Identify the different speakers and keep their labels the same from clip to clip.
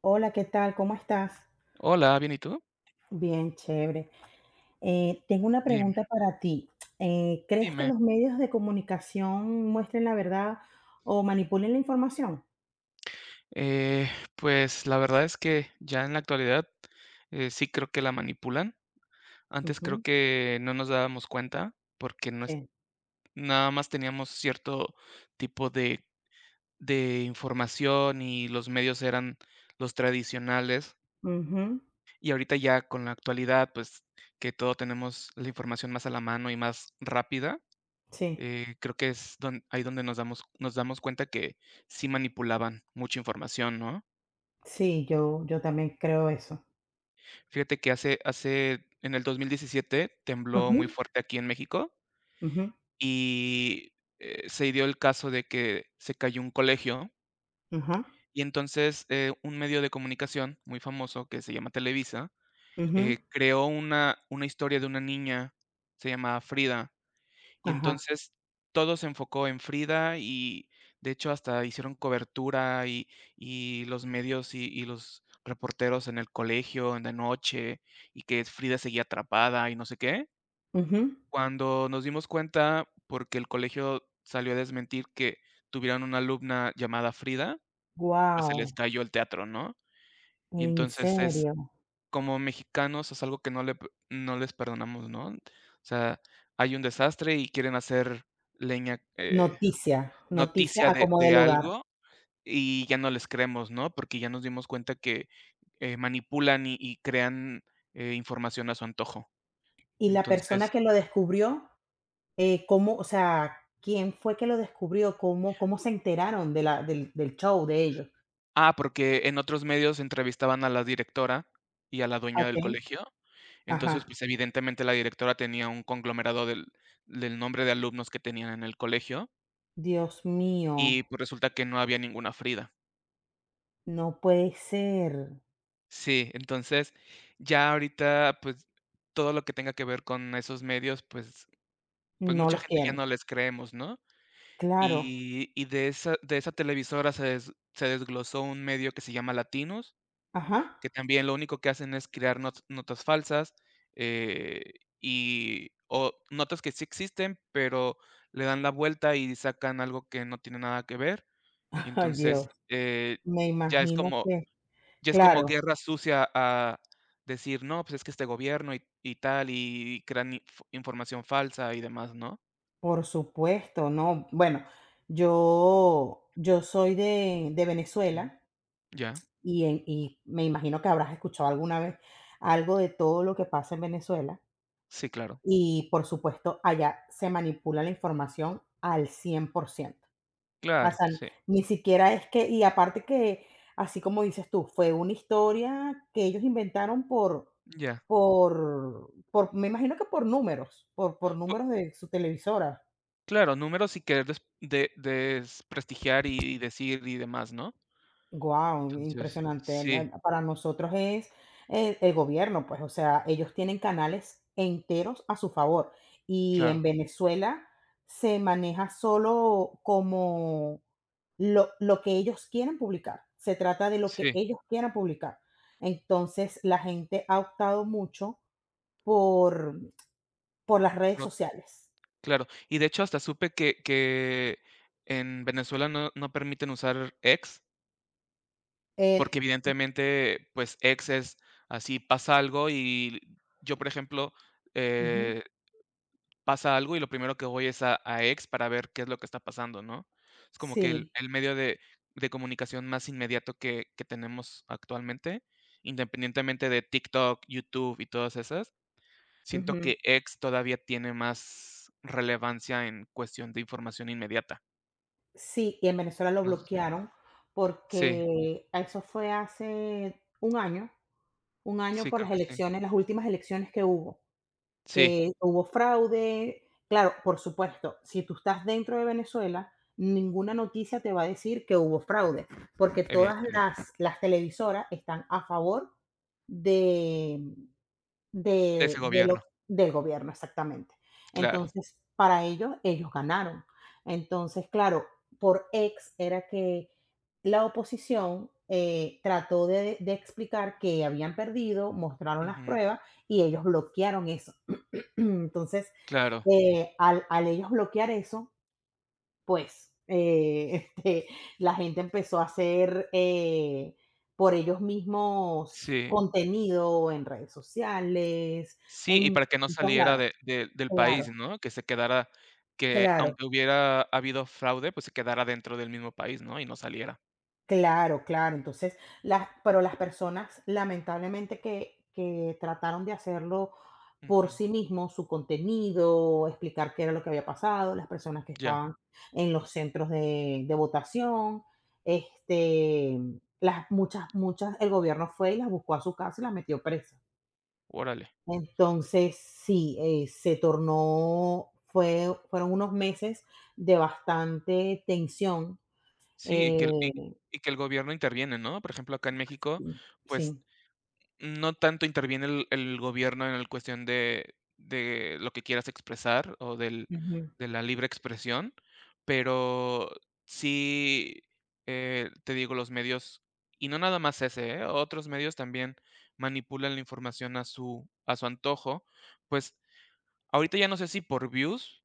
Speaker 1: Hola, ¿qué tal? ¿Cómo estás?
Speaker 2: Hola, bien, ¿y tú?
Speaker 1: Bien, chévere. Tengo una
Speaker 2: Dime,
Speaker 1: pregunta para ti. ¿Crees que
Speaker 2: dime.
Speaker 1: los medios de comunicación muestren la verdad o manipulen la información?
Speaker 2: Eh, pues la verdad es que ya en la actualidad sí creo que la manipulan. Antes creo
Speaker 1: Ujú,
Speaker 2: que no nos dábamos cuenta porque no es,
Speaker 1: sí.
Speaker 2: nada más teníamos cierto tipo de información y los medios eran los tradicionales.
Speaker 1: Ujú,
Speaker 2: Y ahorita ya con la actualidad, pues que todo tenemos la información más a la mano y más rápida,
Speaker 1: sí.
Speaker 2: creo que es ahí donde nos damos cuenta que sí manipulaban mucha información, ¿no?
Speaker 1: Sí, yo también creo eso.
Speaker 2: Fíjate que hace en el 2017 tembló
Speaker 1: Ujú,
Speaker 2: muy fuerte aquí en México
Speaker 1: ujú,
Speaker 2: y, se dio el caso de que se cayó un colegio,
Speaker 1: ajá,
Speaker 2: y entonces, un medio de comunicación muy famoso que se llama Televisa,
Speaker 1: ujú,
Speaker 2: creó una historia de una niña, se llamaba Frida, y
Speaker 1: ajá,
Speaker 2: entonces todo se enfocó en Frida y, de hecho, hasta hicieron cobertura y los medios y los reporteros en el colegio en la noche, y que Frida seguía atrapada y no sé qué.
Speaker 1: ujú.
Speaker 2: Cuando nos dimos cuenta, porque el colegio salió a desmentir que tuvieran una alumna llamada Frida, pues se les
Speaker 1: Guau,
Speaker 2: cayó el teatro, ¿no? Y
Speaker 1: en
Speaker 2: entonces es
Speaker 1: serio.
Speaker 2: como mexicanos es algo que no le p no les perdonamos, ¿no? O sea, hay un desastre y quieren hacer leña,
Speaker 1: Noticia, noticia
Speaker 2: noticia
Speaker 1: a como de
Speaker 2: de
Speaker 1: lugar.
Speaker 2: algo y ya no les creemos, ¿no? Porque ya nos dimos cuenta que, manipulan y crean, información a su antojo.
Speaker 1: ¿Y la persona
Speaker 2: Entonces
Speaker 1: que lo descubrió? ¿Eh, cómo? O sea, ¿quién fue que lo descubrió? ¿Cómo se enteraron de la del del show de ellos?
Speaker 2: porque en otros medios entrevistaban a la directora y a la dueña del
Speaker 1: Okey,
Speaker 2: colegio.
Speaker 1: ajá.
Speaker 2: Entonces, pues, evidentemente, la directora tenía un conglomerado del nombre de alumnos que tenían en el colegio
Speaker 1: Dios
Speaker 2: y,
Speaker 1: mío,
Speaker 2: pues, resulta que no había ninguna Frida.
Speaker 1: no puede ser.
Speaker 2: Sí, entonces, ya ahorita, pues, todo lo que tenga que ver con esos medios, pues, pues
Speaker 1: No
Speaker 2: mucha
Speaker 1: los
Speaker 2: gente ya
Speaker 1: quieren.
Speaker 2: no les creemos, ¿no?
Speaker 1: Claro,
Speaker 2: Y de esa de esa televisora se desglosó un medio que se llama Latinos,
Speaker 1: ajá.
Speaker 2: que también lo único que hacen es crear not notas falsas, eh, y o notas que sí existen, pero le dan la vuelta y sacan algo que no tiene nada que ver. Y
Speaker 1: Ay,
Speaker 2: entonces,
Speaker 1: Dios, me
Speaker 2: ya es
Speaker 1: imagino
Speaker 2: como
Speaker 1: que
Speaker 2: ya es como
Speaker 1: claro,
Speaker 2: guerra sucia a decir: "No, pues es que este gobierno y tal", y crean información falsa y demás, ¿no?
Speaker 1: por supuesto, no. Bueno, yo soy de
Speaker 2: Sí,
Speaker 1: Venezuela
Speaker 2: ya.
Speaker 1: y en y me imagino que habrás escuchado alguna vez algo de todo lo que pasa en Venezuela.
Speaker 2: Sí, claro,
Speaker 1: Y, por supuesto, allá se manipula la información al 100%. O
Speaker 2: claro,
Speaker 1: sea,
Speaker 2: sí,
Speaker 1: ni siquiera es que y aparte que, así como dices tú, fue una historia que ellos inventaron por
Speaker 2: ya.
Speaker 1: por por me imagino que por números, por
Speaker 2: Pu
Speaker 1: números de su televisora.
Speaker 2: Claro, números y querer desprestigiar y decir y demás, ¿no?
Speaker 1: Guau,
Speaker 2: Entonces,
Speaker 1: impresionante.
Speaker 2: sí,
Speaker 1: Na, para nosotros es, el gobierno, pues, o sea, ellos tienen canales enteros a su favor. Y en
Speaker 2: claro,
Speaker 1: Venezuela se maneja solo como lo que ellos quieren publicar, se trata de lo que
Speaker 2: sí,
Speaker 1: ellos quieran publicar. Entonces, la gente ha optado mucho por las redes
Speaker 2: no,
Speaker 1: sociales.
Speaker 2: claro. Y de hecho, hasta supe que en Venezuela no permiten usar ex, porque
Speaker 1: Eh
Speaker 2: evidentemente, pues, ex es así, pasa algo y yo, por ejemplo,
Speaker 1: Ujú,
Speaker 2: eh pasa algo y lo primero que voy es a X para ver qué es lo que está pasando, ¿no? Es como que
Speaker 1: sí,
Speaker 2: el medio de comunicación más inmediato que tenemos actualmente, independientemente de TikTok, YouTube y todas esas, siento
Speaker 1: ujú,
Speaker 2: que X todavía tiene más relevancia en cuestión de información inmediata,
Speaker 1: sí, y en Venezuela lo
Speaker 2: no sé.
Speaker 1: bloquearon
Speaker 2: Sí,
Speaker 1: porque eso fue hace un año
Speaker 2: sí,
Speaker 1: por
Speaker 2: creo
Speaker 1: las
Speaker 2: que sí.
Speaker 1: elecciones, las últimas elecciones que hubo.
Speaker 2: Sí,
Speaker 1: Que hubo fraude. Claro, por supuesto, si tú estás dentro de Venezuela, ninguna noticia te va a decir que hubo fraude, porque
Speaker 2: evidentemente,
Speaker 1: las televisoras están a favor de,
Speaker 2: de ese
Speaker 1: de lo,
Speaker 2: gobierno,
Speaker 1: del gobierno, exactamente.
Speaker 2: claro,
Speaker 1: Entonces, para ellos, ellos ganaron. Entonces, claro, por ex era que la oposición trató de explicar que habían perdido, mostraron las
Speaker 2: ujú,
Speaker 1: pruebas y ellos bloquearon eso. Entonces,
Speaker 2: claro,
Speaker 1: al ellos bloquear eso, pues eh, este, la gente empezó a hacer por ellos mismos
Speaker 2: sí.
Speaker 1: contenido en redes sociales,
Speaker 2: Sí, y
Speaker 1: en
Speaker 2: para que no
Speaker 1: todos
Speaker 2: saliera
Speaker 1: lados.
Speaker 2: de del
Speaker 1: Claro,
Speaker 2: país, ¿no? Que se quedara, que
Speaker 1: claro.
Speaker 2: aunque hubiera habido fraude, pues se quedara dentro del mismo país, ¿no? Y no saliera.
Speaker 1: Claro, claro. Entonces, las pero las personas, lamentablemente, que trataron de hacerlo
Speaker 2: Ujú.
Speaker 1: por sí mismos, su contenido, explicar qué era lo que había pasado, las personas que
Speaker 2: Ya,
Speaker 1: estaban en los centros de votación, este, las muchas el gobierno fue y las buscó a su casa y las metió presa.
Speaker 2: órale.
Speaker 1: Entonces, sí, se tornó fueron unos meses de bastante tensión,
Speaker 2: Sí, y
Speaker 1: eh,
Speaker 2: y que el gobierno interviene, ¿no? Por ejemplo, acá en México,
Speaker 1: sí,
Speaker 2: pues
Speaker 1: sí,
Speaker 2: no tanto interviene el gobierno en el cuestión de lo que quieras expresar o del
Speaker 1: ujú.
Speaker 2: de la libre expresión, pero sí, te digo, los medios, y no nada más ese, ¿eh? Otros medios también manipulan la información a su antojo. Pues, ahorita ya no sé si por views,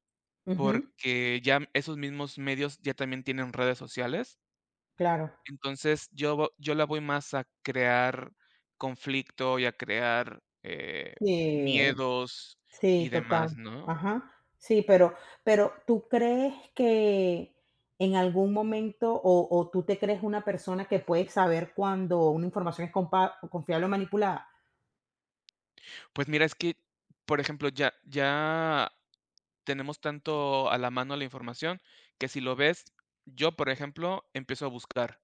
Speaker 1: Ujú,
Speaker 2: porque ya esos mismos medios ya también tienen redes sociales.
Speaker 1: claro.
Speaker 2: Entonces, yo la voy más a crear conflicto y a crear,
Speaker 1: Sí,
Speaker 2: miedos
Speaker 1: sí,
Speaker 2: y demás,
Speaker 1: total.
Speaker 2: ¿no?
Speaker 1: Ajá. Sí, pero, ¿tú crees que en algún momento o tú te crees una persona que puede saber cuando una información es compa confiable o manipulada?
Speaker 2: Pues mira, es que, por ejemplo, ya tenemos tanto a la mano la información que si lo ves, yo, por ejemplo, empiezo a buscar.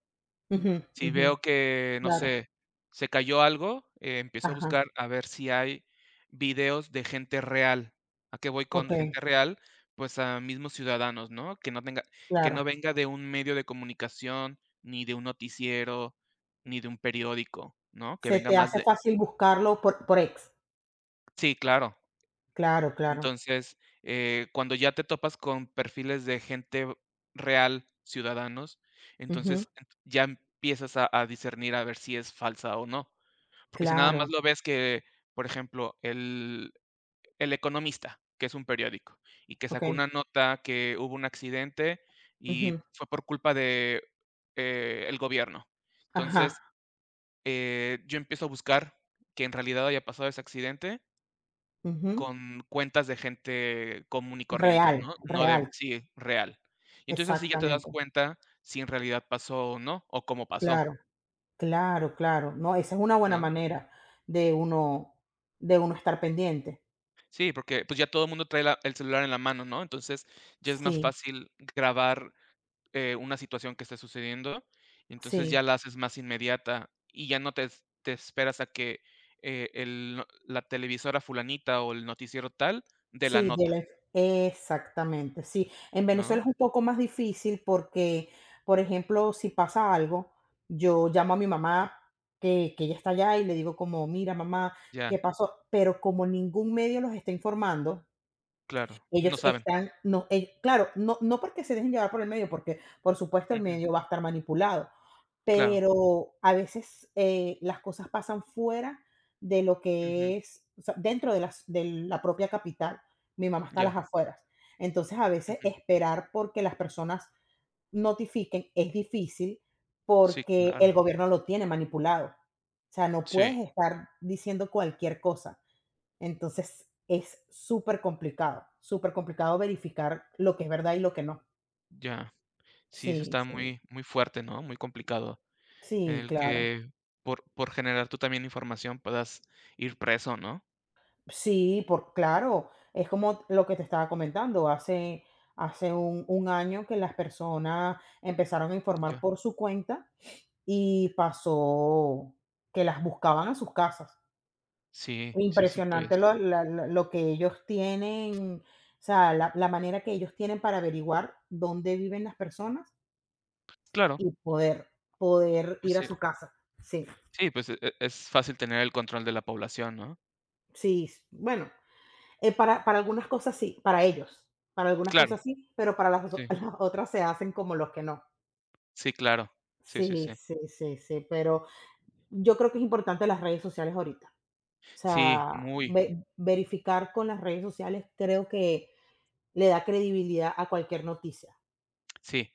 Speaker 1: Ujú,
Speaker 2: Si
Speaker 1: ujú,
Speaker 2: veo que, no
Speaker 1: claro.
Speaker 2: sé, se cayó algo, empiezo a
Speaker 1: Ajá,
Speaker 2: buscar a ver si hay videos de gente real. ¿A qué voy con
Speaker 1: okey,
Speaker 2: gente real? Pues a mismos ciudadanos, ¿no? Que no tenga que
Speaker 1: claro.
Speaker 2: no venga de un medio de comunicación, ni de un noticiero, ni de un periódico, ¿no? Que
Speaker 1: Se
Speaker 2: venga
Speaker 1: te
Speaker 2: más
Speaker 1: hace
Speaker 2: de
Speaker 1: fácil buscarlo por ex.
Speaker 2: sí, claro.
Speaker 1: Claro, claro.
Speaker 2: Entonces, cuando ya te topas con perfiles de gente real, ciudadanos,
Speaker 1: Ujú,
Speaker 2: entonces, ent ya empiezas a discernir a ver si es falsa o no. Porque si nada más
Speaker 1: claro.
Speaker 2: lo ves que, por ejemplo, El Economista, que es un periódico, y que sacó
Speaker 1: Okey.
Speaker 2: una nota que hubo un accidente y
Speaker 1: Ujú.
Speaker 2: fue por culpa de, el gobierno.
Speaker 1: Ajá.
Speaker 2: Entonces, yo empiezo a buscar que en realidad haya pasado ese accidente
Speaker 1: Ujú.
Speaker 2: con cuentas de gente común y corriente,
Speaker 1: Real,
Speaker 2: ¿no? No de
Speaker 1: real.
Speaker 2: sí, real. Y entonces así ya te das
Speaker 1: Exactamente.
Speaker 2: cuenta si en realidad pasó o no, o cómo pasó,
Speaker 1: Claro. Claro, claro. No, esa es una buena
Speaker 2: ¿no?
Speaker 1: manera de uno de uno estar pendiente.
Speaker 2: Sí, porque, pues, ya todo el mundo trae la el celular en la mano, ¿no? Entonces, ya es más
Speaker 1: Sí,
Speaker 2: fácil grabar, una situación que esté sucediendo, entonces ya
Speaker 1: sí,
Speaker 2: la haces más inmediata y ya no te esperas a que, el no la televisora fulanita o el noticiero tal dé la
Speaker 1: sí, de
Speaker 2: nota,
Speaker 1: la exactamente, sí. En Venezuela
Speaker 2: ¿no?
Speaker 1: es un poco más difícil porque, por ejemplo, si pasa algo, yo llamo a mi mamá, que ella está allá, y le digo como: "Mira, mamá,
Speaker 2: Ya,
Speaker 1: ¿qué pasó?". Pero como ningún medio los está informando,
Speaker 2: claro, no
Speaker 1: ellos
Speaker 2: saben.
Speaker 1: están no, claro, no porque se dejen llevar por el medio, porque, por supuesto, el
Speaker 2: Ujú,
Speaker 1: medio va a estar manipulado.
Speaker 2: claro,
Speaker 1: Pero a veces, las cosas pasan fuera de lo
Speaker 2: ujú,
Speaker 1: que es, o sea, dentro de las de la propia capital. Mi mamá está a las
Speaker 2: ya,
Speaker 1: afueras. Entonces, a veces
Speaker 2: ujú.
Speaker 1: esperar porque las personas notifiquen es difícil,
Speaker 2: Sí,
Speaker 1: porque el
Speaker 2: claro.
Speaker 1: gobierno lo tiene manipulado. O sea, no
Speaker 2: Sí,
Speaker 1: puedes estar diciendo cualquier cosa. Entonces, es súper complicado, supercomplicado, complicado verificar lo que es verdad y lo que no.
Speaker 2: ya. Sí, eso
Speaker 1: Sí,
Speaker 2: está
Speaker 1: sí.
Speaker 2: muy muy fuerte, ¿no? Muy complicado. En
Speaker 1: Sí,
Speaker 2: el
Speaker 1: claro.
Speaker 2: que por generar tú también información puedas ir preso, ¿no?
Speaker 1: Sí, por claro, es como lo que te estaba comentando, hace un año que las personas empezaron a informar
Speaker 2: Ya.
Speaker 1: por su cuenta y pasó que las buscaban a sus casas.
Speaker 2: Sí, sí supe
Speaker 1: Impresionante lo
Speaker 2: eso.
Speaker 1: la la lo que ellos tienen, o sea, la manera que ellos tienen para averiguar dónde viven las personas
Speaker 2: Claro,
Speaker 1: y poder
Speaker 2: pues
Speaker 1: ir a
Speaker 2: sí.
Speaker 1: su casa. Sí,
Speaker 2: Sí, pues, es fácil tener el control de la población, ¿no?
Speaker 1: sí, bueno, para algunas cosas sí, para ellos. Para algunas
Speaker 2: Claro,
Speaker 1: cosas sí, pero para las, o-
Speaker 2: sí.
Speaker 1: las otras se hacen como los que no.
Speaker 2: Sí, claro. Sí, sí, sí.
Speaker 1: Sí, sí, sí, sí, pero yo creo que es importante las redes sociales ahorita. O
Speaker 2: Sí,
Speaker 1: sea,
Speaker 2: muy,
Speaker 1: ve- verificar con las redes sociales creo que le da credibilidad a cualquier noticia.
Speaker 2: sí.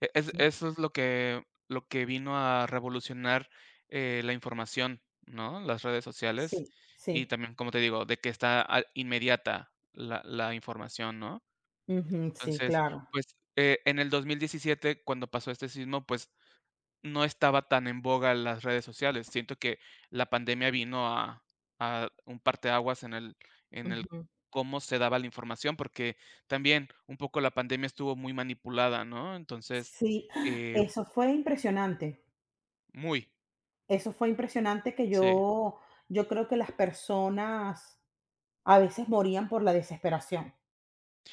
Speaker 2: Es
Speaker 1: Sí,
Speaker 2: eso es lo que vino a revolucionar, la información, ¿no? Las redes sociales
Speaker 1: sí,
Speaker 2: y
Speaker 1: sí.
Speaker 2: también, como te digo, de que está a inmediata la información, ¿no?
Speaker 1: Ujú, sí,
Speaker 2: Entonces,
Speaker 1: claro.
Speaker 2: pues, en el 2017, cuando pasó este sismo, pues, no estaba tan en boga las redes sociales. Siento que la pandemia vino a un parteaguas en el
Speaker 1: Ujú.
Speaker 2: cómo se daba la información, porque también un poco la pandemia estuvo muy manipulada, ¿no? Entonces,
Speaker 1: Sí,
Speaker 2: eh,
Speaker 1: eso fue impresionante.
Speaker 2: muy,
Speaker 1: Eso fue impresionante que
Speaker 2: sí.
Speaker 1: yo creo que las personas a veces morían por la desesperación.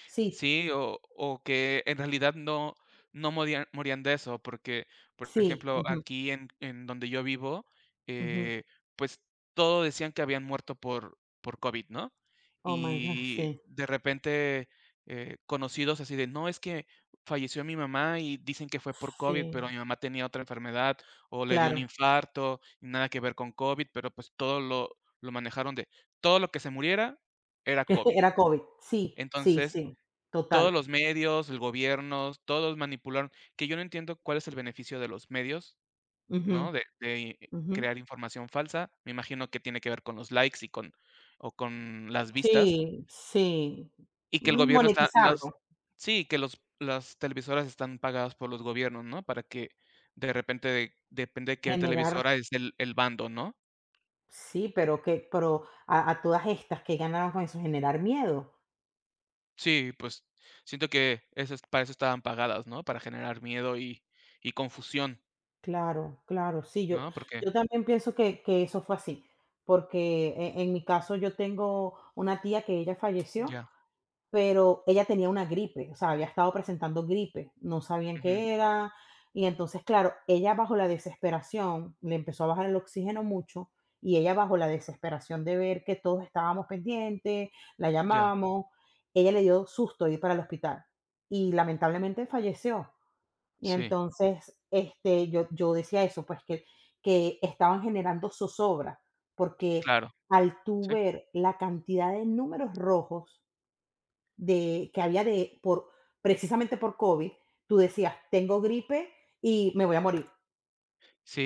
Speaker 1: Sí,
Speaker 2: Sí, o que en realidad no morían de eso, porque, por
Speaker 1: sí,
Speaker 2: ejemplo,
Speaker 1: ujú,
Speaker 2: aquí en donde yo vivo,
Speaker 1: ujú.
Speaker 2: eh, pues, todo decían que habían muerto por COVID, ¿no?
Speaker 1: Oh my God,
Speaker 2: Y
Speaker 1: sí,
Speaker 2: de repente, conocidos así de: "No, es que falleció mi mamá y dicen que fue por COVID,
Speaker 1: sí,
Speaker 2: pero mi mamá tenía otra enfermedad, o le dio un
Speaker 1: claro.
Speaker 2: infarto, y nada que ver con COVID", pero, pues, todo lo manejaron de todo lo que se muriera era COVID.
Speaker 1: Era COVID. Sí, sí,
Speaker 2: Entonces,
Speaker 1: sí,
Speaker 2: todos
Speaker 1: total.
Speaker 2: los medios, el gobierno, todos manipularon, que yo no entiendo cuál es el beneficio de los medios,
Speaker 1: Ujú,
Speaker 2: ¿no? De
Speaker 1: ujú.
Speaker 2: crear información falsa. Me imagino que tiene que ver con los likes y con o con las vistas,
Speaker 1: Sí, sí.
Speaker 2: y que el gobierno está las
Speaker 1: Monetizarlo,
Speaker 2: sí, que los las televisoras están pagadas por los gobiernos, ¿no? Para que de repente depende de qué
Speaker 1: generar
Speaker 2: televisora es el bando, ¿no?
Speaker 1: sí, pero que pero a todas estas, ¿que ganaban con eso? Generar miedo.
Speaker 2: Sí, pues, siento que eso es para eso estaban pagadas, ¿no? Para generar miedo y confusión,
Speaker 1: Claro, claro, sí, yo
Speaker 2: ¿no? Porque
Speaker 1: yo también pienso que eso fue así, porque e en mi caso yo tengo una tía que ella falleció.
Speaker 2: ya,
Speaker 1: Pero ella tenía una gripe, o sea, había estado presentando gripe, no sabían
Speaker 2: ujú,
Speaker 1: qué era. Y entonces, claro, ella bajo la desesperación le empezó a bajar el oxígeno mucho y ella bajo la desesperación de ver que todos estábamos pendientes, la
Speaker 2: ya.
Speaker 1: llamábamos, ella le dio susto ir para el hospital y lamentablemente falleció. Y
Speaker 2: Sí,
Speaker 1: entonces, yo decía eso, pues que estaban generando zozobra, porque
Speaker 2: claro,
Speaker 1: al tú
Speaker 2: sí,
Speaker 1: ver la cantidad de números rojos de que había de por precisamente por COVID, tú decías, tengo gripe y me voy a morir.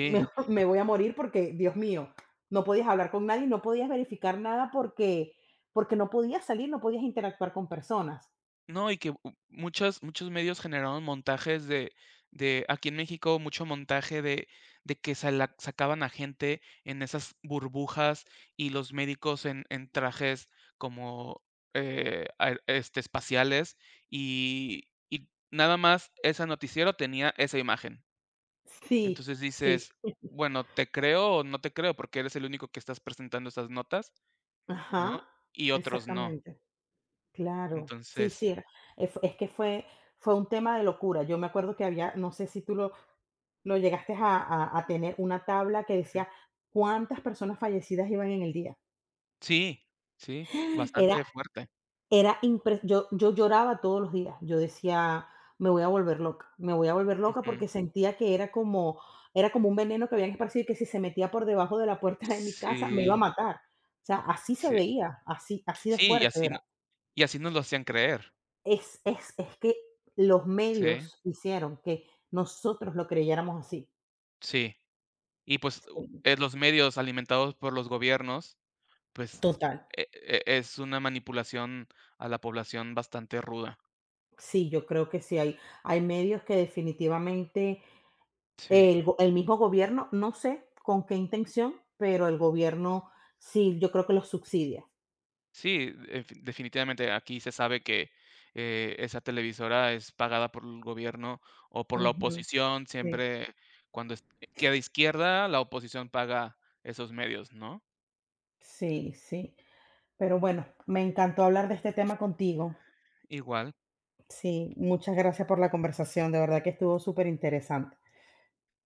Speaker 1: Me voy a morir porque, Dios mío, no podías hablar con nadie, no podías verificar nada porque, porque no podías salir, no podías interactuar con personas.
Speaker 2: No, y que u muchos medios generaron montajes de aquí en México, mucho montaje de que sala sacaban a gente en esas burbujas y los médicos en trajes como, espaciales, y nada más ese noticiero tenía esa imagen.
Speaker 1: Sí,
Speaker 2: Entonces
Speaker 1: sí.
Speaker 2: dices: "Bueno, ¿te creo o no te creo? Porque eres el único que estás presentando esas notas", ¿no?
Speaker 1: Ajá,
Speaker 2: Y otros no.
Speaker 1: exactamente. Claro. Sí, sí.
Speaker 2: Entonces
Speaker 1: era- Es que fue un tema de locura. Yo me acuerdo que había, no sé si tú lo llegaste a, a tener, una tabla que
Speaker 2: ujú.
Speaker 1: decía cuántas personas fallecidas iban en el día.
Speaker 2: Sí, sí,
Speaker 1: Era
Speaker 2: bastante fuerte.
Speaker 1: Era impre yo lloraba todos los días. Yo decía: "Me voy a volver loca, me voy a volver loca",
Speaker 2: Ujú.
Speaker 1: porque sentía que era como un veneno que habían esparcido y que si se metía por debajo de la puerta de mi casa me iba a
Speaker 2: Sí,
Speaker 1: matar. O sea, así se
Speaker 2: sí.
Speaker 1: veía, así así de
Speaker 2: Sí, y
Speaker 1: fuerte
Speaker 2: así
Speaker 1: era.
Speaker 2: no y así nos lo hacían creer.
Speaker 1: Es que los
Speaker 2: Sí,
Speaker 1: medios hicieron que nosotros lo creyéramos así.
Speaker 2: sí. Y, pues, u
Speaker 1: Sí,
Speaker 2: los medios alimentados por los gobiernos, pues,
Speaker 1: total.
Speaker 2: es una manipulación a la población bastante ruda.
Speaker 1: Sí, yo creo que sí hay medios que definitivamente
Speaker 2: Sí.
Speaker 1: El mismo gobierno, no sé con qué intención, pero el gobierno sí, yo creo que los subsidia.
Speaker 2: Sí, definitivamente aquí se sabe que esa televisora es pagada por el gobierno o por la
Speaker 1: Ujú,
Speaker 2: oposición.
Speaker 1: sí.
Speaker 2: Siempre cuando es- queda izquierda, la oposición paga esos medios, ¿no?
Speaker 1: Sí, sí. Pero bueno, me encantó hablar de este tema contigo.
Speaker 2: Igual,
Speaker 1: Sí, muchas gracias por la conversación, de verdad que estuvo súper interesante.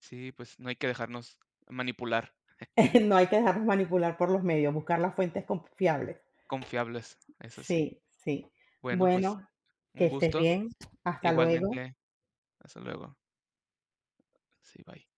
Speaker 2: sí, pues no hay que dejarnos manipular.
Speaker 1: No hay que dejarnos manipular por los medios, buscar las fuentes confiables.
Speaker 2: Confiables, eso sí.
Speaker 1: Sí, sí.
Speaker 2: Bueno, pues
Speaker 1: Bueno, que
Speaker 2: un
Speaker 1: estés
Speaker 2: gusto.
Speaker 1: bien. Hasta luego.
Speaker 2: Igualmente, hasta luego. Sí, bye.